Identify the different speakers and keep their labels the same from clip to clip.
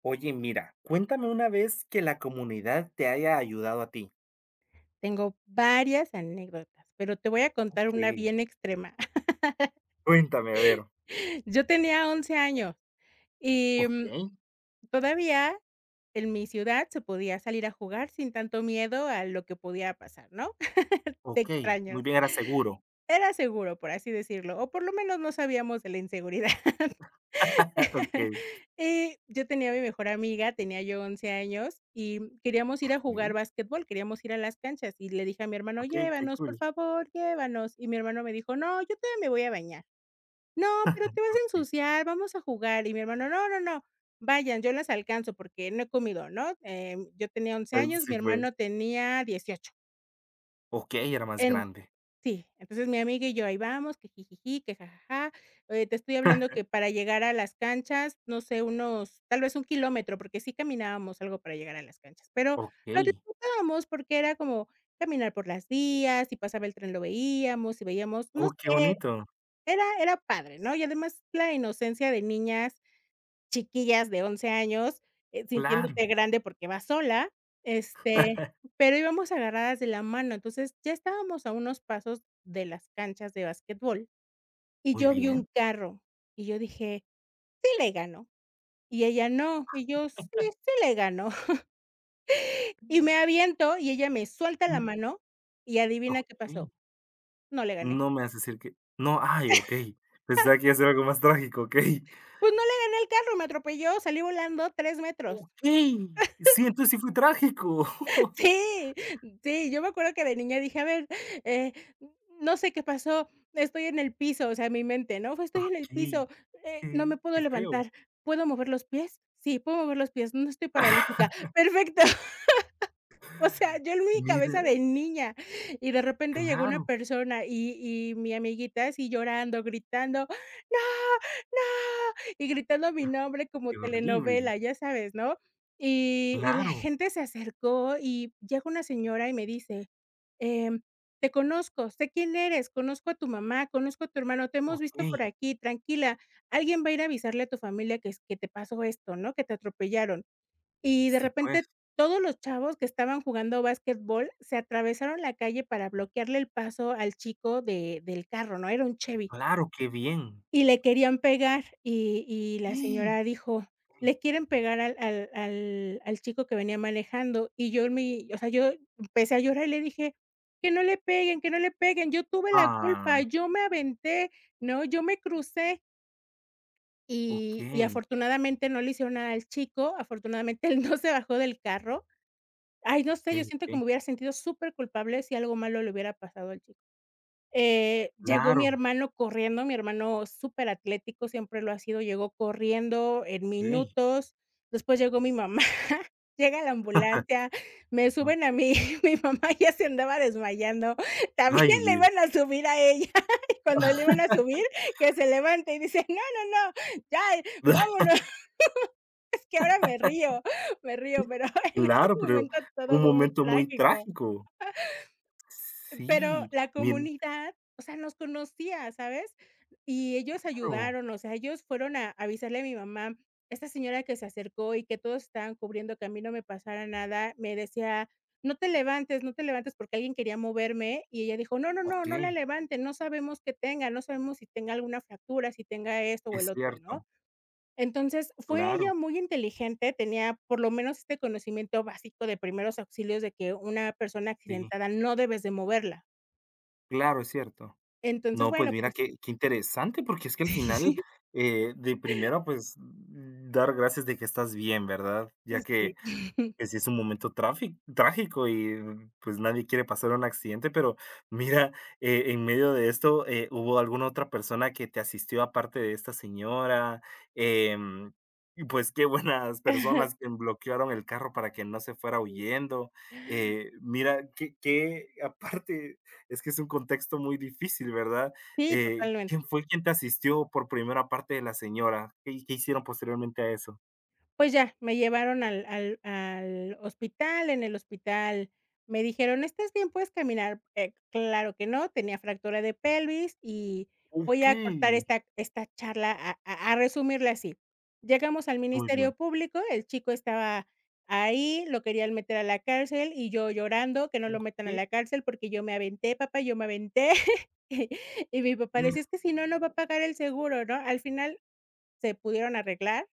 Speaker 1: Oye, mira, cuéntame una vez que la comunidad te haya ayudado a ti.
Speaker 2: Tengo varias anécdotas, pero te voy a contar
Speaker 1: Ok,
Speaker 2: una bien extrema.
Speaker 1: cuéntame, a ver.
Speaker 2: Yo tenía 11 años y,
Speaker 1: Ok,
Speaker 2: todavía en mi ciudad se podía salir a jugar sin tanto miedo a lo que podía pasar, ¿no? De
Speaker 1: ok, muy
Speaker 2: extraños.
Speaker 1: bien, era seguro.
Speaker 2: Era seguro, por así decirlo, o por lo menos no sabíamos de la inseguridad.
Speaker 1: Ah, Ok,
Speaker 2: Y yo tenía a mi mejor amiga, tenía yo 11 años, y queríamos ir
Speaker 1: ok,
Speaker 2: a jugar básquetbol, queríamos ir a las canchas, y le dije a mi hermano:
Speaker 1: ok, qué
Speaker 2: "Llévanos, por
Speaker 1: cool.
Speaker 2: favor, llévanos". Y mi hermano me dijo: "No, yo todavía me voy a bañar". No, pero te vas a
Speaker 1: Ok,
Speaker 2: ensuciar, vamos a jugar. Y mi hermano, no, no, no, vayan, yo las alcanzo porque no he comido, ¿no? Yo tenía once
Speaker 1: ah,
Speaker 2: años,
Speaker 1: sí,
Speaker 2: mi
Speaker 1: pues.
Speaker 2: hermano tenía 18.
Speaker 1: Ok, era más
Speaker 2: En
Speaker 1: grande.
Speaker 2: Sí, entonces mi amiga y yo ahí vamos, que jijiji, que jajaja. Te estoy hablando que para llegar a las canchas, no sé, unos, tal vez un kilómetro, porque sí caminábamos algo para llegar a las canchas, pero
Speaker 1: Ok,
Speaker 2: lo disfrutábamos porque era como caminar por las vías, y pasaba el tren lo veíamos, y veíamos, no
Speaker 1: oh, qué
Speaker 2: sé.
Speaker 1: bonito.
Speaker 2: Era padre, ¿no? Y además la inocencia de niñas chiquillas de 11 años,
Speaker 1: Claro,
Speaker 2: sintiéndote grande porque vas sola, este, pero íbamos agarradas de la mano. Entonces, ya estábamos a unos pasos de las canchas de basquetbol y
Speaker 1: muy
Speaker 2: yo vi
Speaker 1: bien.
Speaker 2: un carro y yo dije: "Sí le gano". Y ella: "No". Y yo: "Sí, sí le gano". Y me aviento y ella me suelta la
Speaker 1: Mm.
Speaker 2: mano y adivina qué
Speaker 1: Ok,
Speaker 2: pasó, no le gané.
Speaker 1: no me haces decir que. No, ay, ok. Pensaba que iba a ser algo más trágico, ok.
Speaker 2: Pues no le gané al carro, me atropelló, salí volando 3 metros.
Speaker 1: Ok, sí, entonces sí fue trágico.
Speaker 2: Sí, sí, yo me acuerdo que de niña dije: "A ver, eh, no sé qué pasó, estoy en el piso", o sea, mi mente, ¿no? Fue: "Estoy en el
Speaker 1: Ok,
Speaker 2: piso, no me
Speaker 1: qué
Speaker 2: puedo
Speaker 1: feo.
Speaker 2: levantar, ¿puedo mover los pies? Sí, puedo mover los pies, no estoy paralítica". Perfecto, o sea, yo en mi
Speaker 1: Mira,
Speaker 2: cabeza de niña, y de repente llegó una
Speaker 1: claro,
Speaker 2: persona y mi amiguita así llorando, gritando. Y gritando mi nombre como
Speaker 1: qué horrible.
Speaker 2: telenovela, ya sabes, ¿no? Y la
Speaker 1: Claro,
Speaker 2: gente se acercó y llega una señora y me dice, em: "Te conozco, sé quién eres, conozco a tu mamá, conozco a tu hermano, te hemos visto por
Speaker 1: okey.
Speaker 2: aquí, tranquila, alguien va a ir a avisarle a tu familia que es que te pasó esto, ¿no? Que te atropellaron". Y de
Speaker 1: Sí, pues,
Speaker 2: repente todos los chavos que estaban jugando básquetbol se atravesaron la calle para bloquearle el paso al chico de del carro, ¿no? Era un Chevy.
Speaker 1: claro, qué bien.
Speaker 2: Y le querían pegar, y la señora dijo: "Le quieren pegar al chico que venía manejando", y yo en mi o sea, yo empecé a llorar y le dije: "Que no le peguen, que no le peguen, yo tuve la
Speaker 1: Ah,
Speaker 2: culpa, yo me aventé, ¿no? Yo me crucé". Y
Speaker 1: okey,
Speaker 2: afortunadamente no le hicieron nada al chico, afortunadamente él no se bajó del carro. Ay, no sé,
Speaker 1: okey,
Speaker 2: yo siento
Speaker 1: okey.
Speaker 2: que me hubiera sentido súper culpable si algo malo le hubiera pasado al chico. Llegó mi
Speaker 1: Claro,
Speaker 2: hermano corriendo, mi hermano súper atlético siempre lo ha sido, llegó corriendo en
Speaker 1: okey,
Speaker 2: minutos, después llegó mi mamá, llega la ambulancia, me suben a
Speaker 1: okey.
Speaker 2: mí, mi mamá ya se andaba desmayando, también
Speaker 1: Ay,
Speaker 2: le
Speaker 1: Dios.
Speaker 2: iban a subir a ella, y cuando le iban a subir, que se levanta y dice: "No, no, no, ya, vámonos", que ahora me río, pero en ese
Speaker 1: Claro, pero
Speaker 2: momento todo
Speaker 1: un
Speaker 2: fue muy
Speaker 1: momento muy
Speaker 2: trágico.
Speaker 1: trágico.
Speaker 2: Pero
Speaker 1: Sí,
Speaker 2: la
Speaker 1: bien
Speaker 2: comunidad, o sea, nos conocía, ¿sabes? Y ellos
Speaker 1: claro,
Speaker 2: ayudaron, o sea, ellos fueron a avisarle a mi mamá, esta señora que se acercó y que todos estaban cubriendo que a mí no me pasara nada, me decía, no te levantes, no te levantes porque alguien quería moverme y ella dijo, no, no, no, no la
Speaker 1: okey,
Speaker 2: levanten, no sabemos qué tenga, no sabemos si tenga alguna fractura, si tenga esto o el
Speaker 1: es
Speaker 2: otro,
Speaker 1: cierto,
Speaker 2: ¿no? Entonces fue ella
Speaker 1: claro,
Speaker 2: muy inteligente, tenía por lo menos este conocimiento básico de primeros auxilios de que una persona
Speaker 1: sí,
Speaker 2: accidentada no debes de moverla.
Speaker 1: claro, es cierto.
Speaker 2: Entonces,
Speaker 1: No, pues
Speaker 2: bueno,
Speaker 1: mira
Speaker 2: pues
Speaker 1: qué interesante, porque es que al final, de primero, pues, dar gracias de que estás bien, ¿verdad? Ya
Speaker 2: sí,
Speaker 1: que
Speaker 2: sí,
Speaker 1: que sí es un momento trafi trágico y, pues, nadie quiere pasar un accidente, pero mira, en medio de esto, ¿hubo alguna otra persona que te asistió aparte de esta señora? Em, y, pues, qué buenas personas que bloquearon el carro para que no se fuera
Speaker 2: sí.
Speaker 1: huyendo. Mira, que aparte, es que es un contexto muy difícil, ¿verdad?
Speaker 2: Sí,
Speaker 1: ¿Quién
Speaker 2: totalmente.
Speaker 1: fue quien te asistió por primera parte de la señora? ¿Qué hicieron posteriormente a eso?
Speaker 2: Pues ya, me llevaron al hospital, en el hospital me dijeron: "¿Estás bien? ¿Puedes caminar?". Claro que no, tenía fractura de pelvis y voy a
Speaker 1: Okey,
Speaker 2: cortar esta charla a resumirla así. Llegamos al
Speaker 1: muy bien.
Speaker 2: Ministerio Público, el chico estaba ahí, lo querían meter a la cárcel y yo llorando que no lo metan a
Speaker 1: Okey.
Speaker 2: la cárcel porque yo me aventé, papá, yo me aventé. Y y mi papá
Speaker 1: Pues
Speaker 2: decía: "Es que si no, no va a pagar el seguro", ¿no? Al final se pudieron arreglar.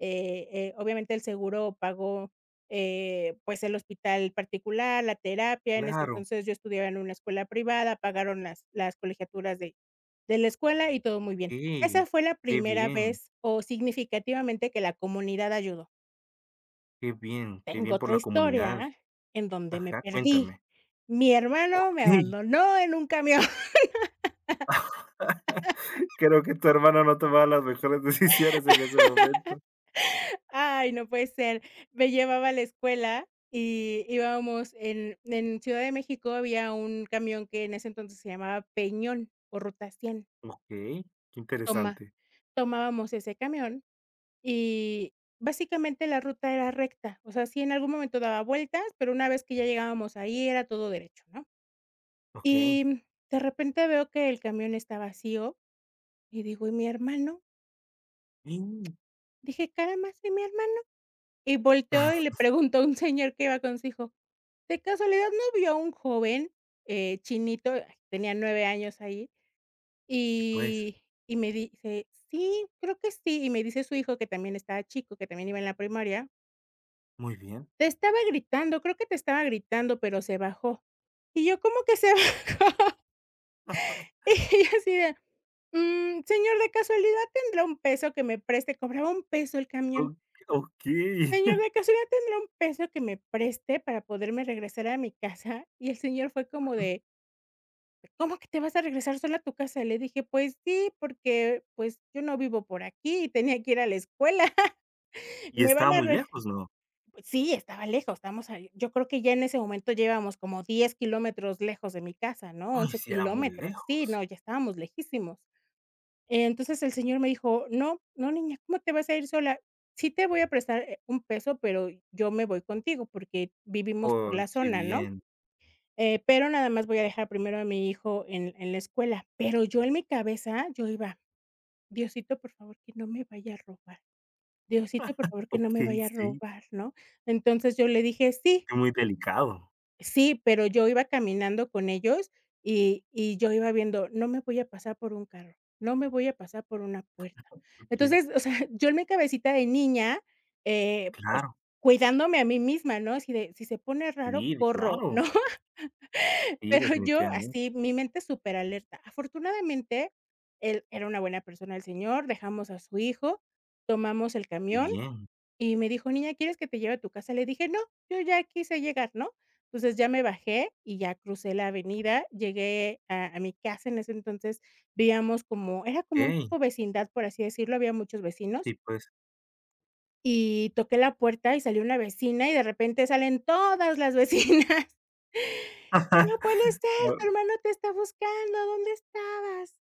Speaker 2: Obviamente, el seguro pagó, pues, el hospital particular, la terapia. En ese
Speaker 1: claro,
Speaker 2: entonces, yo estudiaba en una escuela privada, pagaron las colegiaturas de la escuela y todo muy bien.
Speaker 1: okey,
Speaker 2: Esa fue la
Speaker 1: qué
Speaker 2: primera
Speaker 1: bien,
Speaker 2: vez, o significativamente, que la comunidad ayudó.
Speaker 1: qué bien, qué
Speaker 2: Tengo
Speaker 1: bien por
Speaker 2: otra
Speaker 1: la comunidad.
Speaker 2: historia en donde me
Speaker 1: Ajá,
Speaker 2: perdí.
Speaker 1: cuéntame.
Speaker 2: Mi hermano me
Speaker 1: Okey.
Speaker 2: abandonó en un camión.
Speaker 1: Creo que tu hermano no tomaba las mejores decisiones en ese momento.
Speaker 2: Ay, no puede ser. Me llevaba a la escuela y íbamos en Ciudad de México. Había un camión que en ese entonces se llamaba Peñón o Ruta 100.
Speaker 1: Okey, qué
Speaker 2: Toma
Speaker 1: interesante.
Speaker 2: Tomábamos ese camión y básicamente la ruta era recta, o sea, sí en algún momento daba vueltas, pero una vez que ya llegábamos ahí era todo derecho, ¿no?
Speaker 1: Okey.
Speaker 2: Y de repente veo que el camión está vacío y digo: "¿Y mi hermano?".
Speaker 1: Mm,
Speaker 2: Dije: "Caramba, ¿y mi hermano?". Y volteo y le pregunto a un señor que iba con su hijo: "De casualidad, ¿no vio a un joven, chinito?". Ay, tenía 9 años ahí,
Speaker 1: y pues,
Speaker 2: y y me dice: "Sí, creo que sí". Y me dice su hijo, que también estaba chico, que también iba en la primaria:
Speaker 1: muy bien.
Speaker 2: "Te estaba gritando, creo que te estaba gritando, pero se bajó". Y yo: "¿Cómo que se bajó?". Y yo así de: Señor, de casualidad, ¿tendrá un peso que me preste?". Cobraba un peso el camión.
Speaker 1: O Okey.
Speaker 2: "Señor, de casualidad, ¿tendrá un peso que me preste para poderme regresar a mi casa?". Y el señor fue como de: "¿Cómo que te vas a regresar sola a tu casa?". Le dije: "Pues sí, porque, pues, yo no vivo por aquí y tenía que ir a la escuela.
Speaker 1: ¿Y
Speaker 2: Me van
Speaker 1: estaba
Speaker 2: a
Speaker 1: muy
Speaker 2: re"
Speaker 1: lejos, no?
Speaker 2: pues sí, estaba lejos, estamos ahí yo creo que ya en ese momento ya como 10 kilómetros lejos de mi casa, ¿no?
Speaker 1: Ay,
Speaker 2: 11
Speaker 1: sí era muy
Speaker 2: kilómetros. Sí,
Speaker 1: lejos.
Speaker 2: no, ya estábamos lejísimos. Entonces el señor me dijo: "No, no, niña, ¿cómo te vas a ir sola? Sí te voy a prestar, un peso, pero yo me voy contigo porque vivimos por
Speaker 1: Oh,
Speaker 2: la
Speaker 1: qué
Speaker 2: zona, ¿no?
Speaker 1: bien.
Speaker 2: Pero nada más voy a dejar primero a mi hijo en la escuela", pero yo en mi cabeza, yo iba: "Diosito, por favor, que no me vaya a robar. Diosito, por favor, que no me
Speaker 1: Okey,
Speaker 2: vaya a
Speaker 1: sí,
Speaker 2: robar", ¿no? Entonces, yo le dije: "Sí,
Speaker 1: qué muy delicado.
Speaker 2: sí", pero yo iba caminando con ellos y yo iba viendo: "No me voy a pasar por un carro, no me voy a pasar por una puerta".
Speaker 1: Okey.
Speaker 2: Entonces, o sea, yo en mi cabecita de niña, pues,
Speaker 1: Claro,
Speaker 2: cuidándome a mí misma, ¿no? Así de, si se pone raro,
Speaker 1: sí,
Speaker 2: corro,
Speaker 1: claro.
Speaker 2: ¿no?
Speaker 1: Sí,
Speaker 2: Pero yo
Speaker 1: definitivamente.
Speaker 2: así, mi mente súper alerta. Afortunadamente, él era una buena persona el señor, dejamos a su hijo, tomamos el
Speaker 1: Qué
Speaker 2: camión
Speaker 1: bien.
Speaker 2: y me dijo: "Niña, ¿quieres que te lleve a tu casa?". Le dije: "No, yo ya quise llegar", ¿no? Entonces, ya me bajé y ya crucé la avenida, llegué a mi casa. En ese entonces vivíamos como era como un
Speaker 1: Okey,
Speaker 2: tipo vecindad, por así decirlo, había muchos
Speaker 1: sí,
Speaker 2: vecinos,
Speaker 1: pues.
Speaker 2: y toqué la puerta y salió una vecina, y de repente salen todas las vecinas. No puede ser,
Speaker 1: No,
Speaker 2: tu hermano te está buscando, ¿dónde estabas?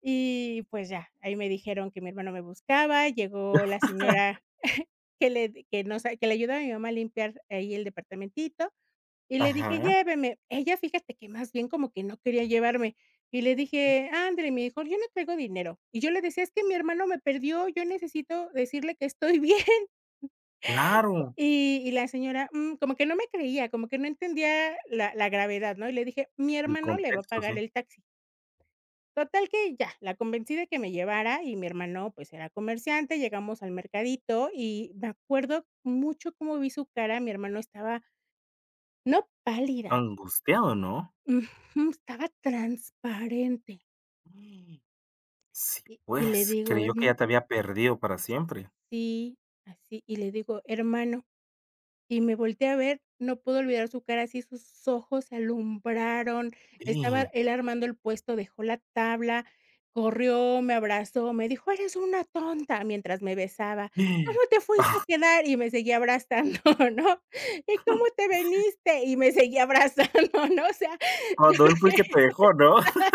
Speaker 2: Y pues ya, ahí me dijeron que mi hermano me buscaba, llegó la señora que le d que nos que le ayudaba a mi mamá a limpiar ahí el departamentito, y le dije:
Speaker 1: ajá,
Speaker 2: "Lléveme". Ella, fíjate que más bien como que no quería llevarme, y le dije: "Ándele", me dijo: "Yo no traigo dinero". Y yo le decía: "Es que mi hermano me perdió, yo necesito decirle que estoy bien".
Speaker 1: claro,
Speaker 2: Y la señora, como que no me creía, como que no entendía la gravedad, ¿no? Y le dije: "Mi
Speaker 1: el
Speaker 2: hermano le va a
Speaker 1: contexto,
Speaker 2: pagar
Speaker 1: sí.
Speaker 2: el taxi". Total que ya, la convencí de que me llevara y mi hermano, pues, era comerciante, llegamos al mercadito y me acuerdo mucho cómo vi su cara, mi hermano estaba, no pálida,
Speaker 1: Angustiado, ¿no?
Speaker 2: ujú, estaba transparente.
Speaker 1: Mm, Sí,
Speaker 2: Y le
Speaker 1: pues,
Speaker 2: digo,
Speaker 1: creyó que
Speaker 2: herm
Speaker 1: ya te había perdido para siempre.
Speaker 2: sí, así, y le digo: "Hermano". Y me volteé a ver, no puedo olvidar su cara, así sus ojos se alumbraron. Estaba
Speaker 1: Sí.
Speaker 2: él armando el puesto, dejó la tabla, corrió, me abrazó, me dijo: "Eres una tonta", mientras me besaba. "¿Cómo te fuiste a quedar?", y me seguía abrazando, ¿no? "¿Y cómo te veniste?", y me seguía abrazando, ¿no? O sea, yo
Speaker 1: Cuando
Speaker 2: creo
Speaker 1: él fue el que
Speaker 2: que
Speaker 1: te dejó, ¿no?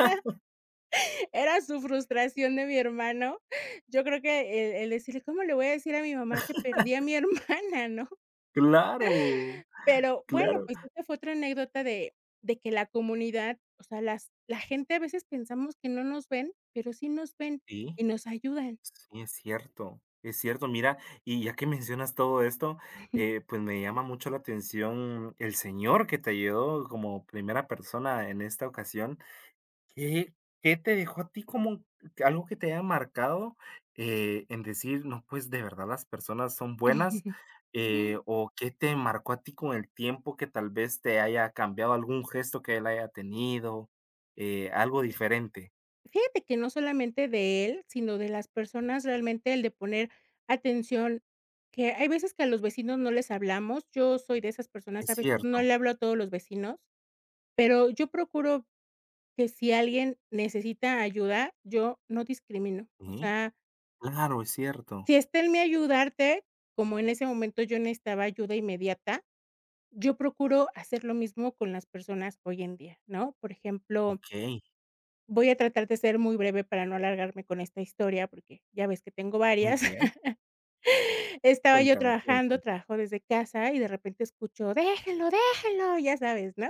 Speaker 2: era su frustración de mi hermano. Yo creo que el decirle: "¿Cómo le voy a decir a mi mamá que perdí a mi hermana?", ¿no?
Speaker 1: Claro,
Speaker 2: Pero bueno,
Speaker 1: claro.
Speaker 2: pues esta fue otra anécdota de que la comunidad, o sea, las la gente a veces pensamos que no nos ven, pero sí nos ven
Speaker 1: Sí,
Speaker 2: y nos ayudan.
Speaker 1: sí, es cierto, es cierto. Mira, y ya que mencionas todo esto, pues, me llama mucho la atención el señor que te ayudó como primera persona en esta ocasión. ¿Qué qué te dejó a ti como que algo que te haya marcado, en decir: "No, pues, de verdad las personas son buenas", o qué te marcó a ti con el tiempo que tal vez te haya cambiado algún gesto que él haya tenido, algo diferente?
Speaker 2: Fíjate que no solamente de él, sino de las personas realmente el de poner atención, que hay veces que a los vecinos no les hablamos. Yo soy de esas
Speaker 1: Es
Speaker 2: personas, a veces no
Speaker 1: cierto.
Speaker 2: le hablo a todos los vecinos, pero yo procuro que si alguien necesita ayuda, yo no discrimino. O
Speaker 1: Sí,
Speaker 2: sea,
Speaker 1: claro, es cierto.
Speaker 2: si está en mí ayudarte, como en ese momento yo necesitaba ayuda inmediata, yo procuro hacer lo mismo con las personas hoy en día, ¿no? Por ejemplo,
Speaker 1: Okey,
Speaker 2: voy a tratar de ser muy breve para no alargarme con esta historia, porque ya ves que tengo
Speaker 1: muy
Speaker 2: varias.
Speaker 1: bien.
Speaker 2: Estaba yo
Speaker 1: Cuéntame,
Speaker 2: trabajando,
Speaker 1: cuéntame.
Speaker 2: trabajo desde casa y de repente escucho: "Déjenlo, déjenlo", ya sabes, ¿no?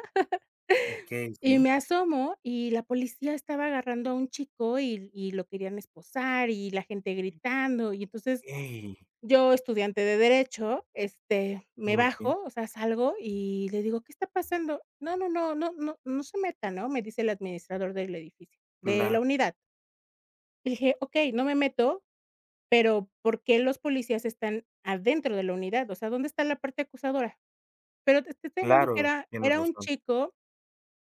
Speaker 1: Okey, sí.
Speaker 2: Y me asomo y la policía estaba agarrando a un chico y lo querían esposar y la gente gritando. Y entonces
Speaker 1: Okey,
Speaker 2: yo, estudiante de derecho, este, me
Speaker 1: muy bien.
Speaker 2: bajo, o sea, salgo y le digo: "¿Qué está pasando?". "No, no, no, no se meta", ¿no? Me dice el administrador del edificio, de la
Speaker 1: Claro,
Speaker 2: unidad. Le dije: "Okey, no me meto, pero ¿por qué los policías están adentro de la unidad? O sea, ¿dónde está la parte acusadora?". Pero te estoy hablando que
Speaker 1: claro,
Speaker 2: era
Speaker 1: tienes
Speaker 2: era un
Speaker 1: razón.
Speaker 2: chico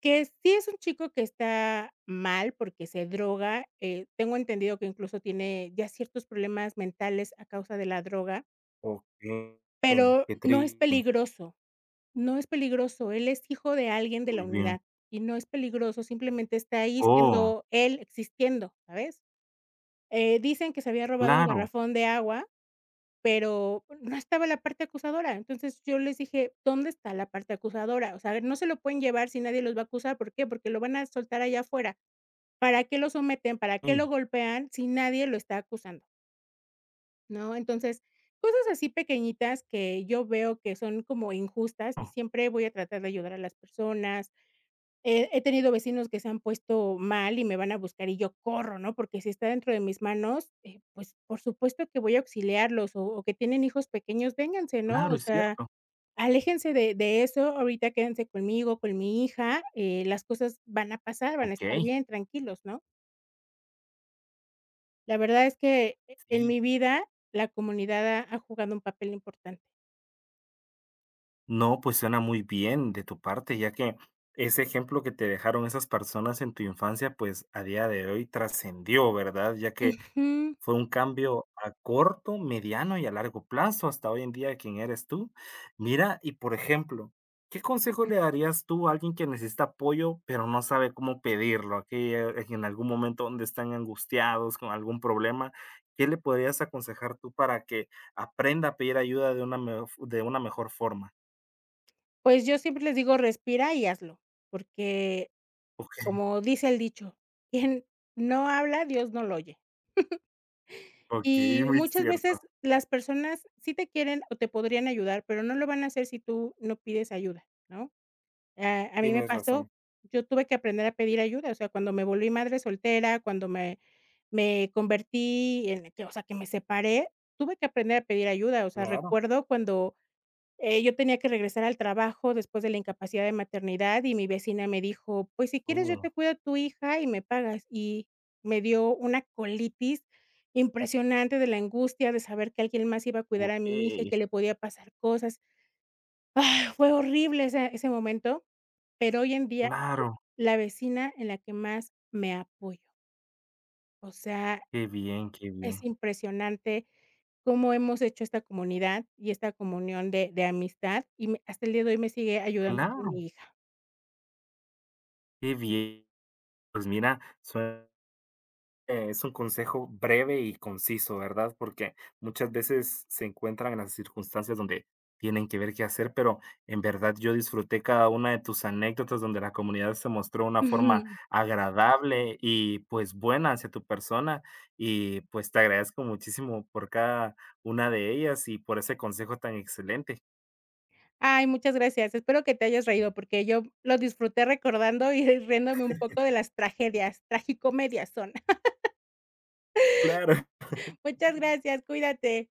Speaker 2: que sí es un chico que está mal porque se droga, tengo entendido que incluso tiene ya ciertos problemas mentales a causa de la droga.
Speaker 1: Okey,
Speaker 2: Pero
Speaker 1: qué
Speaker 2: no es
Speaker 1: triste.
Speaker 2: peligroso, no es peligroso. Él es hijo de alguien de la
Speaker 1: Muy bien.
Speaker 2: unidad y no es peligroso, simplemente está ahí
Speaker 1: Oh,
Speaker 2: siendo él, existiendo, ¿sabes? Dicen que se había robado un
Speaker 1: claro,
Speaker 2: garrafón de agua, pero no estaba la parte acusadora. Entonces, yo les dije: "¿Dónde está la parte acusadora?". O sea, no se lo pueden llevar si nadie los va a acusar, ¿por qué? Porque lo van a soltar allá afuera. ¿Para qué lo someten? ¿Para qué lo
Speaker 1: sí,
Speaker 2: golpean si nadie lo está acusando? ¿No? Entonces, cosas así pequeñitas que yo veo que son como injustas y
Speaker 1: oh,
Speaker 2: siempre voy a tratar de ayudar a las personas. He tenido vecinos que se han puesto mal y me van a buscar y yo corro, ¿no? Porque si está dentro de mis manos, pues, por supuesto que voy a auxiliarlos o que tienen hijos pequeños, vénganse, ¿no?
Speaker 1: claro,
Speaker 2: O
Speaker 1: es
Speaker 2: sea,
Speaker 1: cierto.
Speaker 2: aléjense de eso, ahorita quédense conmigo, con mi hija, las cosas van a pasar, van a estar
Speaker 1: Okey,
Speaker 2: bien, tranquilos, ¿no? La verdad es que en
Speaker 1: sí.
Speaker 2: mi vida la comunidad ha jugado un papel importante.
Speaker 1: No, pues suena muy bien de tu parte, ya que ese ejemplo que te dejaron esas personas en tu infancia, pues a día de hoy trascendió, ¿verdad? Ya que
Speaker 2: Ujú.
Speaker 1: fue un cambio a corto, mediano y a largo plazo hasta hoy en día quién eres tú. Mira, y por ejemplo, ¿qué consejo le darías tú a alguien que necesita apoyo pero no sabe cómo pedirlo? Aquí en algún momento donde están angustiados con algún problema, ¿qué le podrías aconsejar tú para que aprenda a pedir ayuda de una, de una mejor forma?
Speaker 2: Pues yo siempre les digo: "Respira y hazlo", porque
Speaker 1: Okey,
Speaker 2: como dice el dicho: "Quien no habla, Dios no lo oye".
Speaker 1: okey,
Speaker 2: Y
Speaker 1: muy
Speaker 2: muchas
Speaker 1: cierto.
Speaker 2: veces las personas sí te quieren o te podrían ayudar, pero no lo van a hacer si tú no pides ayuda, ¿no? Ah, a mí me
Speaker 1: Tienes
Speaker 2: pasó,
Speaker 1: razón,
Speaker 2: yo tuve que aprender a pedir ayuda, o sea, cuando me volví madre soltera, cuando me me convertí en que, o sea, que me separé, tuve que aprender a pedir ayuda, o sea,
Speaker 1: claro.
Speaker 2: recuerdo cuando, yo tenía que regresar al trabajo después de la incapacidad de maternidad y mi vecina me dijo: "Pues, si quieres, yo
Speaker 1: Oh,
Speaker 2: te cuido a tu hija y me pagas". Y me dio una colitis impresionante de la angustia de saber que alguien más iba a cuidar a mi hija y que
Speaker 1: okey.
Speaker 2: le podía pasar cosas. ¡Ah!, fue horrible ese momento, pero hoy en día
Speaker 1: Claro,
Speaker 2: la vecina en la que más me apoyo. O sea,
Speaker 1: qué bien, qué
Speaker 2: es
Speaker 1: bien.
Speaker 2: impresionante cómo hemos hecho esta comunidad y esta comunión de amistad, y me hasta el día de hoy me sigue ayudando con
Speaker 1: Claro,
Speaker 2: mi hija.
Speaker 1: qué bien. Pues mira, sue es un consejo breve y conciso, ¿verdad? Porque muchas veces se encuentran en las circunstancias donde tienen que ver qué hacer, pero en verdad yo disfruté cada una de tus anécdotas donde la comunidad se mostró una forma
Speaker 2: Ujú.
Speaker 1: agradable y pues buena hacia tu persona y pues te agradezco muchísimo por cada una de ellas y por ese consejo tan excelente.
Speaker 2: Ay, muchas gracias. Espero que te hayas reído, porque yo lo disfruté recordando y riéndome un poco de las tragedias, tragicomedias son.
Speaker 1: Claro.
Speaker 2: Muchas gracias, cuídate.